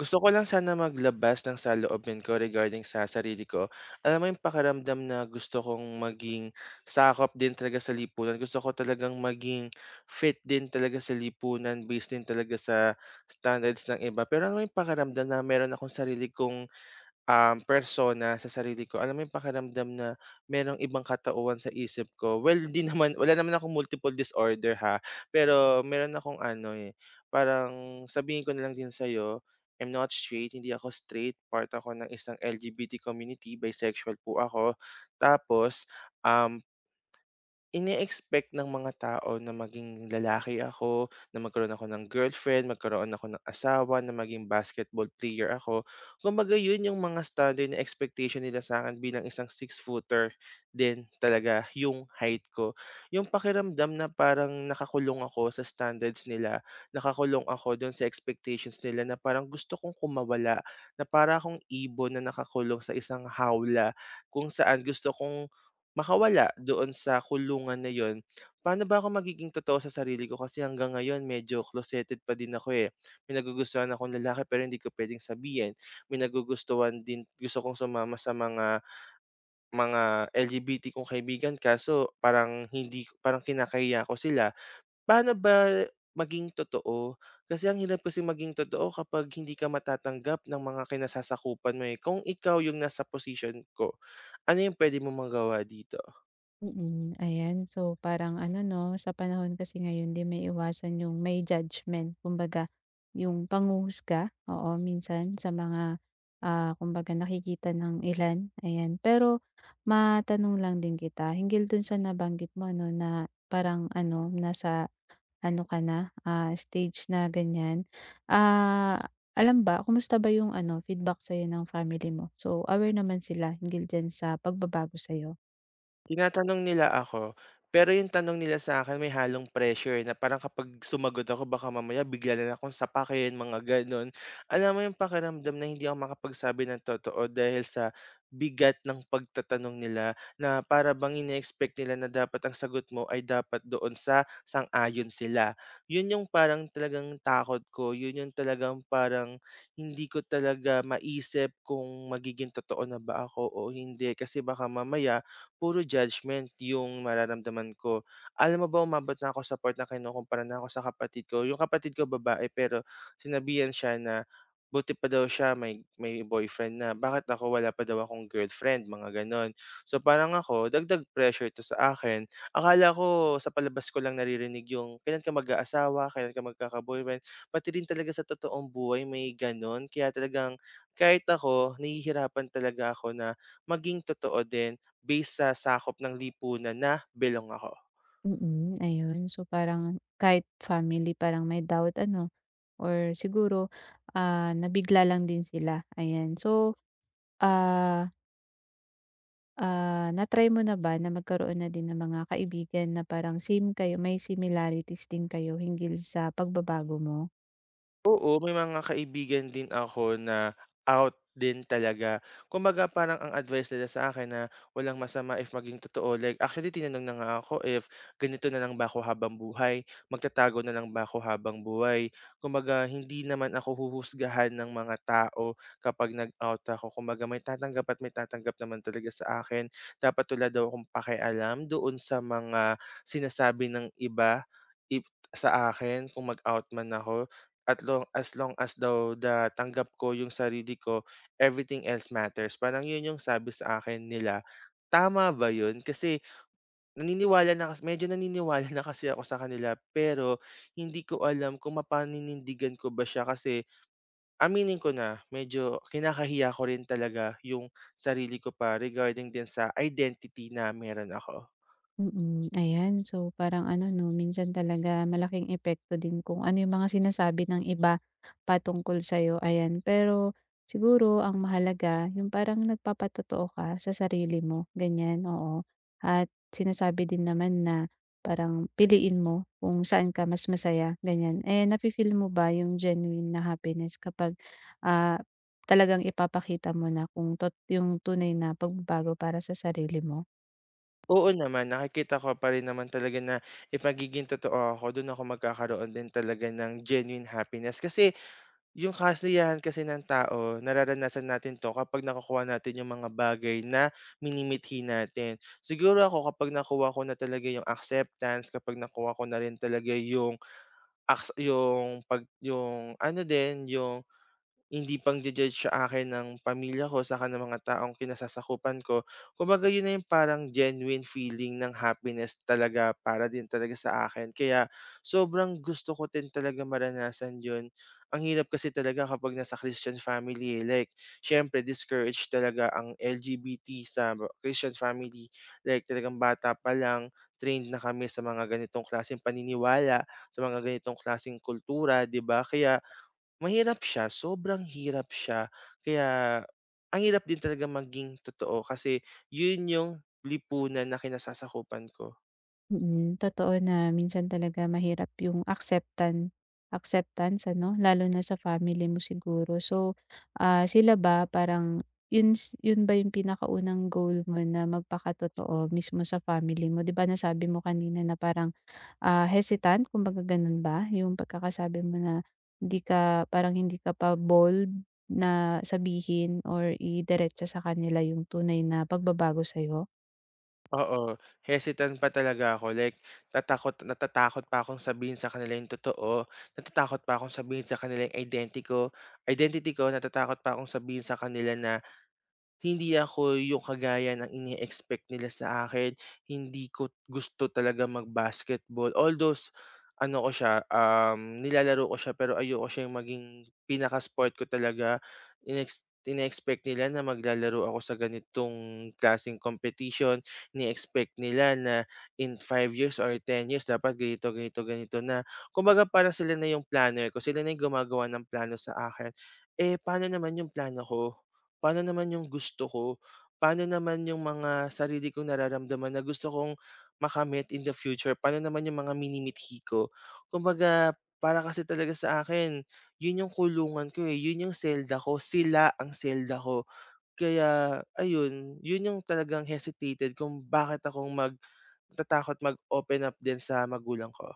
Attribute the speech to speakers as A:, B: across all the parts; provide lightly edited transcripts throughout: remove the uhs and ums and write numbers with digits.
A: Gusto ko lang sana maglabas ng saloobin ko regarding sa sarili ko. Alam mo yung pakaramdam na gusto kong maging sakop din talaga sa lipunan. Gusto ko talagang maging fit din talaga sa lipunan based din talaga sa standards ng iba. Pero alam mo yung pakaramdam na meron akong sarili kong persona sa sarili ko. Alam mo yung pakiramdam na merong ibang katauhan sa isip ko. Well, hindi naman wala naman akong multiple disorder ha, pero meron akong ano, eh, parang sabihin ko na lang din sa'yo, I'm not straight, hindi ako straight. Part ako ng isang LGBT community, bisexual po ako. Tapos, um ine-expect ng mga tao na maging lalaki ako, na magkaroon ako ng girlfriend, magkaroon ako ng asawa, na maging basketball player ako. Kumbaga yun yung mga standard na expectation nila sa akin, bilang isang six-footer din talaga yung height ko. Yung pakiramdam na parang nakakulong ako sa standards nila, nakakulong ako dun sa expectations nila na parang gusto kong kumawala, na para akong ibon na nakakulong sa isang hawla kung saan gusto kong makawala doon sa kulungan na yon. Paano ba ako magiging totoo sa sarili ko kasi hanggang ngayon medyo closeted pa din ako, eh. May nagugustuhan akong lalaki pero hindi ko puwedeng sabihin. May nagugustuhan din gusto kong sumama sa mga mga LGBT kong kaibigan kaso parang hindi, parang kinakaya ko sila. Paano ba maging totoo? Kasi ang hirap kasi maging totoo kapag hindi ka matatanggap ng mga kinasasakupan mo, eh. Kung ikaw yung nasa position ko, ano yung pwede mo magawa dito?
B: Mm, ayan. So, parang ano 'no, sa panahon kasi ngayon di may maiiwasan yung may judgment. Kumbaga, yung panghuhusga, oo, minsan sa mga, kumbaga nakikita ng ilan, ayan. Pero matanong lang din kita, hinggil dun sa nabanggit mo ano na parang ano, nasa ano ka na, stage na ganyan. Ah, alam ba kumusta ba yung ano, feedback sa'yo ng family mo? So, aware naman sila hinggil dyan sa pagbabago sa'yo?
A: Tinatanong nila ako, pero yung tanong nila sa akin may halong pressure na parang kapag sumagot ako baka mamaya bigla na lang akong sapakin, mga gano'n. Alam mo yung pakiramdam na hindi ako makapagsabi ng totoo dahil sa bigat ng pagtatanong nila na para bang ine-expect nila na dapat ang sagot mo ay dapat doon sa sang-ayon sila. Yun yung parang talagang takot ko, yun yung talagang parang hindi ko talaga maisip kung magiging totoo na ba ako o hindi kasi baka mamaya puro judgment yung mararamdaman ko. Alam mo ba umabot na ako sa part na kinukumpara na ako sa kapatid ko. Yung kapatid ko babae pero sinabihan siya na buti pa daw siya may boyfriend na. Bakit ako wala pa daw akong girlfriend, mga ganon. So parang ako, dagdag pressure to sa akin. Akala ko sa palabas ko lang naririnig yung kailan ka mag-aasawa, kailan ka magkaka-boyfriend. Pati rin talaga sa totoong buhay may ganon. Kaya talagang kahit ako, nahihirapan talaga ako na maging totoo din base sa sakop ng lipunan na belong ako.
B: Mm, ayun. So, parang kahit family parang may doubt ano or siguro, nabigla lang din sila, ayan. So, ah, na-try mo na ba na magkaroon na din ng mga kaibigan na parang same kayo, may similarities din kayo hinggil sa pagbabago mo?
A: Oo, may mga kaibigan din ako na out din talaga. Kumbaga parang ang advice nila sa akin na walang masama if maging totoo. Like actually tinanong na nga ako if ganito na lang ba ako habang buhay, magtatago na lang ba ako habang buhay. Kumbaga hindi naman ako huhusgahan ng mga tao kapag nag-out ako. Kumbaga may tatanggap at may tatanggap naman talaga sa akin. Dapat wala daw akong pakialam doon sa mga sinasabi ng iba ip- sa akin kung mag-out man ako at long as daw tanggap ko yung sarili ko, everything else matters. Parang yun yung sabi sa akin nila. Tama ba yun? Kasi naniniwala na kas medyo naniniwala na kasi ako sa kanila, pero hindi ko alam kung mapaninindigan ko ba siya kasi aminin ko na medyo kinakahiya ko rin talaga yung sarili ko pa regarding din sa identity na meron ako.
B: Mm, ayan. So, parang ano 'no, minsan talaga malaking epekto din kung ano yung mga sinasabi ng iba patungkol sa'yo, ayan. Pero siguro ang mahalaga yung parang nagpapatotoo ka sa sarili mo, ganyan, oo. At sinasabi din naman na parang piliin mo kung saan ka mas masaya, ganyan. Eh, nafi-feel mo ba yung genuine na happiness kapag, ah, talagang ipapakita mo na kung tot yung tunay na pagbabago para sa sarili mo?
A: Oo naman, nakikita ko pa rin naman talaga na, eh, magiging totoo ako, dun ako magkakaroon din talaga ng genuine happiness. Kasi yung kasiyahan kasi ng tao, nararanasan natin 'to kapag nakukuha natin yung mga bagay na minimithi natin. Siguro ako kapag nakuha ko na talaga yung acceptance, kapag nakuha ko na rin talaga yung yung 'pag yung ano din, yung hindi pang judge sa akin ng pamilya ko saka ng mga taong kinasasakupan ko. Kumbaga yun na yung parang genuine feeling ng happiness talaga para din talaga sa akin kaya sobrang gusto ko din talaga maranasan yun. Ang hirap kasi talaga kapag nasa Christian family, eh, like siyempre discouraged talaga ang LGBT sa Christian family. Like talagang bata pa lang trained na kami sa mga ganitong klaseng paniniwala, sa mga ganitong klaseng kultura, 'di ba? Kaya mahirap siya, sobrang hirap siya. Kaya ang hirap din talaga maging totoo kasi yun yung lipunan na kinasasakupan ko.
B: Mm, totoo na minsan talaga mahirap yung acceptance, ano, lalo na sa family mo siguro. So, sila ba parang yun s yun ba yung pinakaunang goal mo na magpakatotoo mismo sa family mo? 'Di ba nasabi mo kanina na parang, hesitant kumbaga ganun ba yung pagkakasabi mo na hindi ka parang hindi ka pa bold na sabihin or idiretso sa kanila yung tunay na pagbabago sa'yo?
A: Oo, hesitant pa talaga ako like natatakot pa akong sabihin sa kanila yung totoo, natatakot pa akong sabihin sa kanila yung identity ko, natatakot pa akong sabihin sa kanila na hindi ako yung kagaya ng ini-expect nila sa akin, hindi ko gusto talaga mag-basketball. Although ano ko siya, nilalaro ko siya pero ayoko siyang maging pinaka-sport ko talaga. Ine-expect nila na maglalaro ako sa ganitong klaseng competition, ini-expect nila na in 5 years or 10 years dapat ganito, ganito, ganito na. Kumbaga parang sila na yung planner ko, sila na yung gumagawa ng plano sa akin. Eh, paano naman yung plano ko? Paano naman yung gusto ko? Paano naman yung mga sarili kong nararamdaman na gusto kong makamit in the future? Paano naman yung mga minimithi ko? Kumbaga, para kasi talaga sa akin, yun yung kulungan ko eh, yun yung selda ko, sila ang selda ko. Kaya ayun, yun yung talagang hesitated kung bakit akong natatakot mag-open up din sa magulang ko.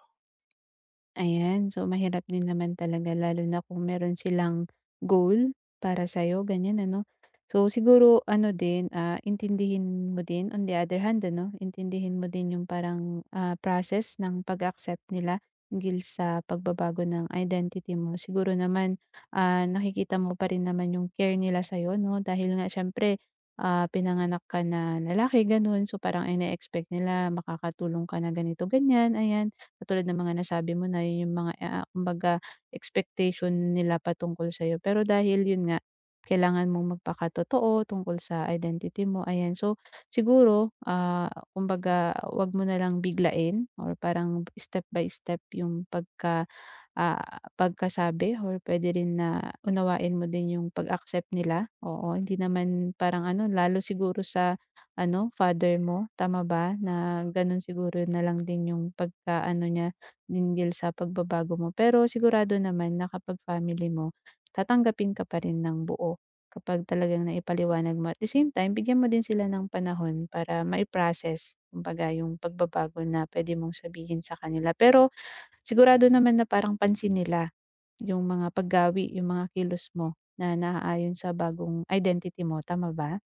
B: Ayan, so mahirap din naman talaga lalo na kung meron silang goal para sa'yo, ganyan ano. So siguro ano din, intindihin mo din on the other hand ano, intindihin mo din yung parang, process ng pag-accept nila hinggil sa pagbabago ng identity mo. Siguro naman, nakikita mo pa rin naman yung care nila sa'yo 'no, dahil nga siyempre, pinanganak ka na lalaki gano'n, so parang ine-expect nila makakatulong ka na ganito, ganyan, ayan. Katulad ng mga nasabi mo na yun yung mga, kumbaga expectation nila patungkol sa'yo. Pero dahil yun nga, kailangan mong magpakatotoo tungkol sa identity mo, ayan. So, siguro, kumbaga 'wag mo na lang biglain or parang step by step yung pagka pagkasabi or puwede rin na unawain mo din yung pag-accept nila, oo. Hindi naman parang ano, lalo siguro sa ano, father mo, tama ba? Na gano'n siguro na lang din yung pag-ano niya hinggil sa pagbabago mo. Pero sigurado naman na kapag family mo, tatanggapin ka pa rin ng buo kapag talagang naipaliwanag mo. At the same time, bigyan mo din sila ng panahon para mai-process kumbaga yung pagbabago na puwede mong sabihin sa kanila. Pero sigurado naman na parang pansin nila yung mga paggawi, yung mga kilos mo na naaayon sa bagong identity mo, tama ba?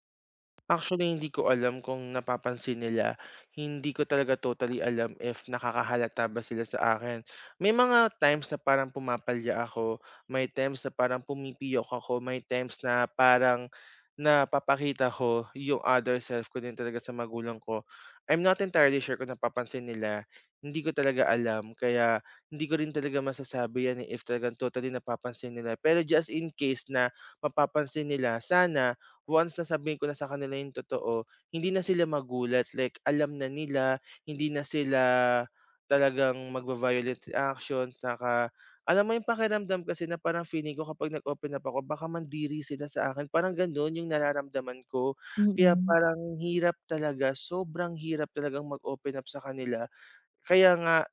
A: Actually, hindi ko alam kung napapansin nila. Hindi ko talaga totally alam if nakakahalata ba sila sa akin. May mga times na parang pumapalya ako, may times na parang pumipiyok ako, may times na parang napapakita ko yung other self ko din talaga sa magulang ko. I'm not entirely sure kung napapansin nila. Hindi ko talaga alam. Kaya hindi ko rin talaga masasabi yan eh, if talagang totally napapansin nila. Pero just in case na mapapansin nila, sana once nasabihin ko na sa kanila yung totoo, hindi na sila magulat, like alam na nila, hindi na sila talagang magva-violent actions, saka alam mo yung pakiramdam kasi na parang feeling ko kapag nag-open up ako baka mandiri sila sa akin, parang gano'n yung nararamdaman ko. Kaya
B: Mm.
A: parang hirap talaga, sobrang hirap talagang mag-open up sa kanila. Kaya nga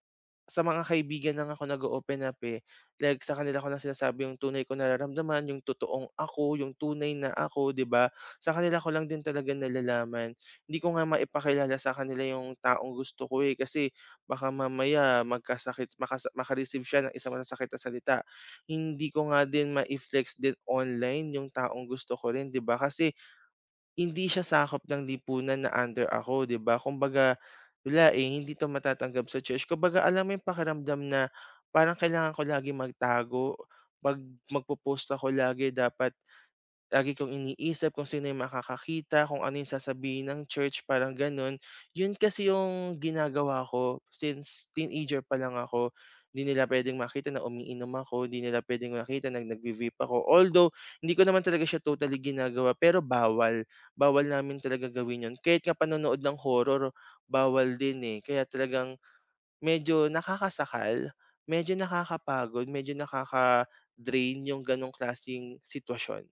A: sa mga kaibigan lang ako nag-o-open up, eh. Like sa kanila ko lang sinasabi yung tunay kong nararamdaman, yung totoong ako, yung tunay na ako, 'di ba? Sa kanila ko lang din talaga nalalaman. Hindi ko nga maipakilala sa kanila yung taong gusto ko, eh, kasi baka mamaya magkasakit makasa maka siya ng isang masasakit na salita. Hindi ko nga din mai-flex din online yung taong gusto ko rin, 'di ba? Kasi hindi siya sakop ng lipunan na under ako, 'di ba? Kumbaga, wala, eh, hindi 'to matatanggap sa church. Kumbaga, alam mo yung pakiramdam na parang kailangan ko lagi magtago, 'pag magpo-post ako lagi dapat lagi kong iniisip kung sino yung makakakita, kung ano yung sasabihin ng church, parang gano'n. Yun kasi yung ginagawa ko since teenager pa lang ako. Hindi nila puwedeng makita na umiinom ako, hindi nila puwedeng makita na nagvi-vape ako. Although hindi ko naman talaga siya totally ginagawa, pero bawal. Bawal namin talaga gawin yun. Kahit nga panonood ng horror, bawal din, eh. Kaya talagang medyo nakakasakal, medyo nakakapagod, medyo nakaka-drain yung gano'ng klaseng sitwasyon.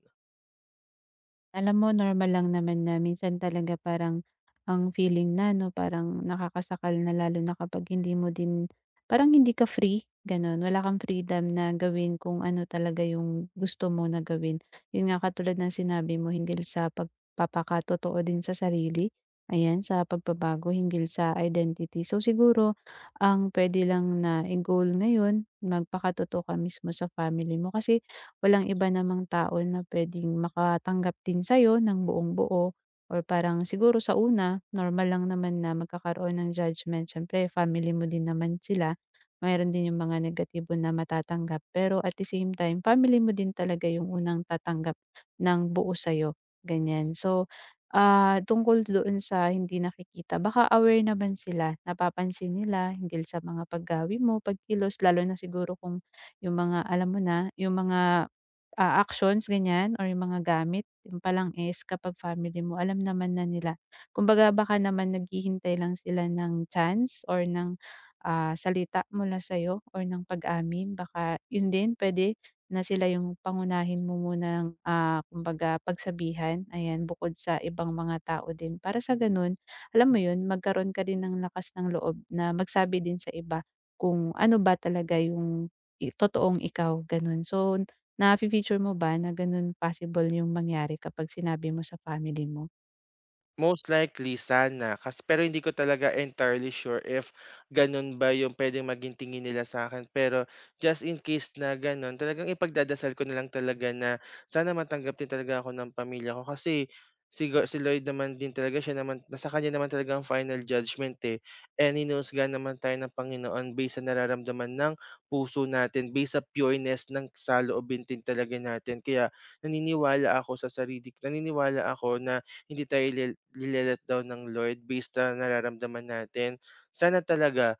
B: Alam mo normal lang naman na minsan talaga parang ang feeling na 'no, parang nakakasakal na lalo na kapag hindi mo din parang hindi ka free, gano'n. Wala kang freedom na gawin kung ano talaga yung gusto mo na gawin. 'Yun nga katulad ng sinabi mo hinggil sa pagpapakatotoo din sa sarili, ayan, sa pagbabago hinggil sa identity. So siguro ang puwede lang na i-goal ngayon, magpakatotoo ka mismo sa family mo kasi walang iba namang tao na puwedeng makatanggap din sa'yo ng buong-buo or parang siguro sa una, normal lang naman na magkakaroon ng judgment. Siyempre family mo din naman sila, mayroon din yung mga negatibo na matatanggap. Pero at the same time, family mo din talaga yung unang tatanggap ng buo sa'yo, ganyan. So, tungkol doon sa hindi nakikita, baka aware naman sila, napapansin nila hinggil sa mga paggawi mo, pagkilos, lalo na siguro kung yung mga alam mo na, yung mga actions ganyan or yung mga gamit, yun palang is kapag family mo alam naman na nila. Kumbaga baka naman naghihintay lang sila ng chance or ng, salita mula sa'yo or ng pag-amin baka yun din puwede na sila yung pangunahin mo muna ng kumbaga pagsabihan, ayan, bukod sa ibang mga tao din. Para sa gano'n, alam mo yun, magkaroon ka din ng lakas ng loob na magsabi din sa iba kung ano ba talaga yung i totoong ikaw, gano'n. So nafi-feature mo ba na gano'n possible yung mangyari kapag sinabi mo sa family mo?
A: Most likely sana pero hindi ko talaga entirely sure if gano'n ba yung puwedeng maging tingin nila sa akin. Pero just in case na gano'n, talagang ipagdadasal ko na lang talaga na sana matanggap din talaga ako ng pamilya ko. Kasi si Lloyd naman din talaga siya naman nasa kanya naman talaga ang final judgment, eh. And hinuhusgahan naman tayo ng Panginoon based sa nararamdaman ng puso natin, based sa pureness ng saloobin din talaga natin. Kaya naniniwala ako sa sarili, naniniwala ako na hindi tayo nile down ng Lord based sa nararamdaman natin. Sana talaga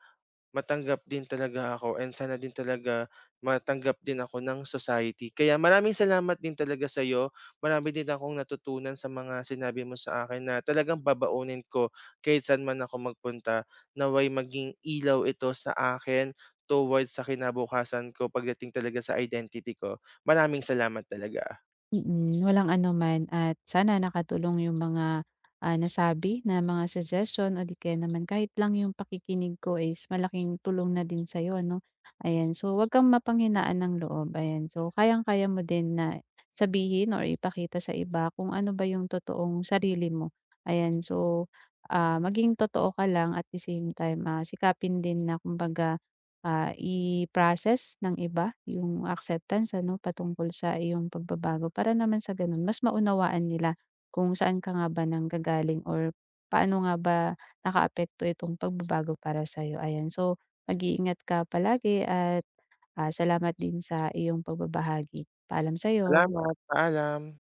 A: matanggap din talaga ako and sana din talaga matanggap din ako ng society. Kaya maraming salamat din talaga sa iyo. Marami din akong natutunan sa mga sinabi mo sa akin na talagang babaunin ko kahit saan man ako magpunta, naway maging ilaw ito sa akin towards sa kinabukasan ko pagdating talaga sa identity ko. Maraming salamat talaga.
B: Mm, walang anuman at sana nakatulong yung mga, nasabi na mga suggestion o di kaya naman kahit lang yung pakikinig ko is malaking tulong na din sa'yo ano, ayan. So, huwag kang mapanghinaan ng loob, ayan. So, kayang-kaya mo din na sabihin or ipakita sa iba kung ano ba yung totoong sarili mo, ayan. So, maging totoo ka lang at the same time, sikapin din na kumbaga i-process ng iba yung acceptance ano, patungkol sa iyong pagbabago para naman sa gano'n mas maunawaan nila kung saan ka nga ba nanggagaling or paano nga ba nakaapekto itong pagbabago para sa sa'yo, ayan. So, mag-iingat ka palagi at, salamat din sa iyong pagbabahagi. Paalam sa'yo.
A: Salamat, paalam.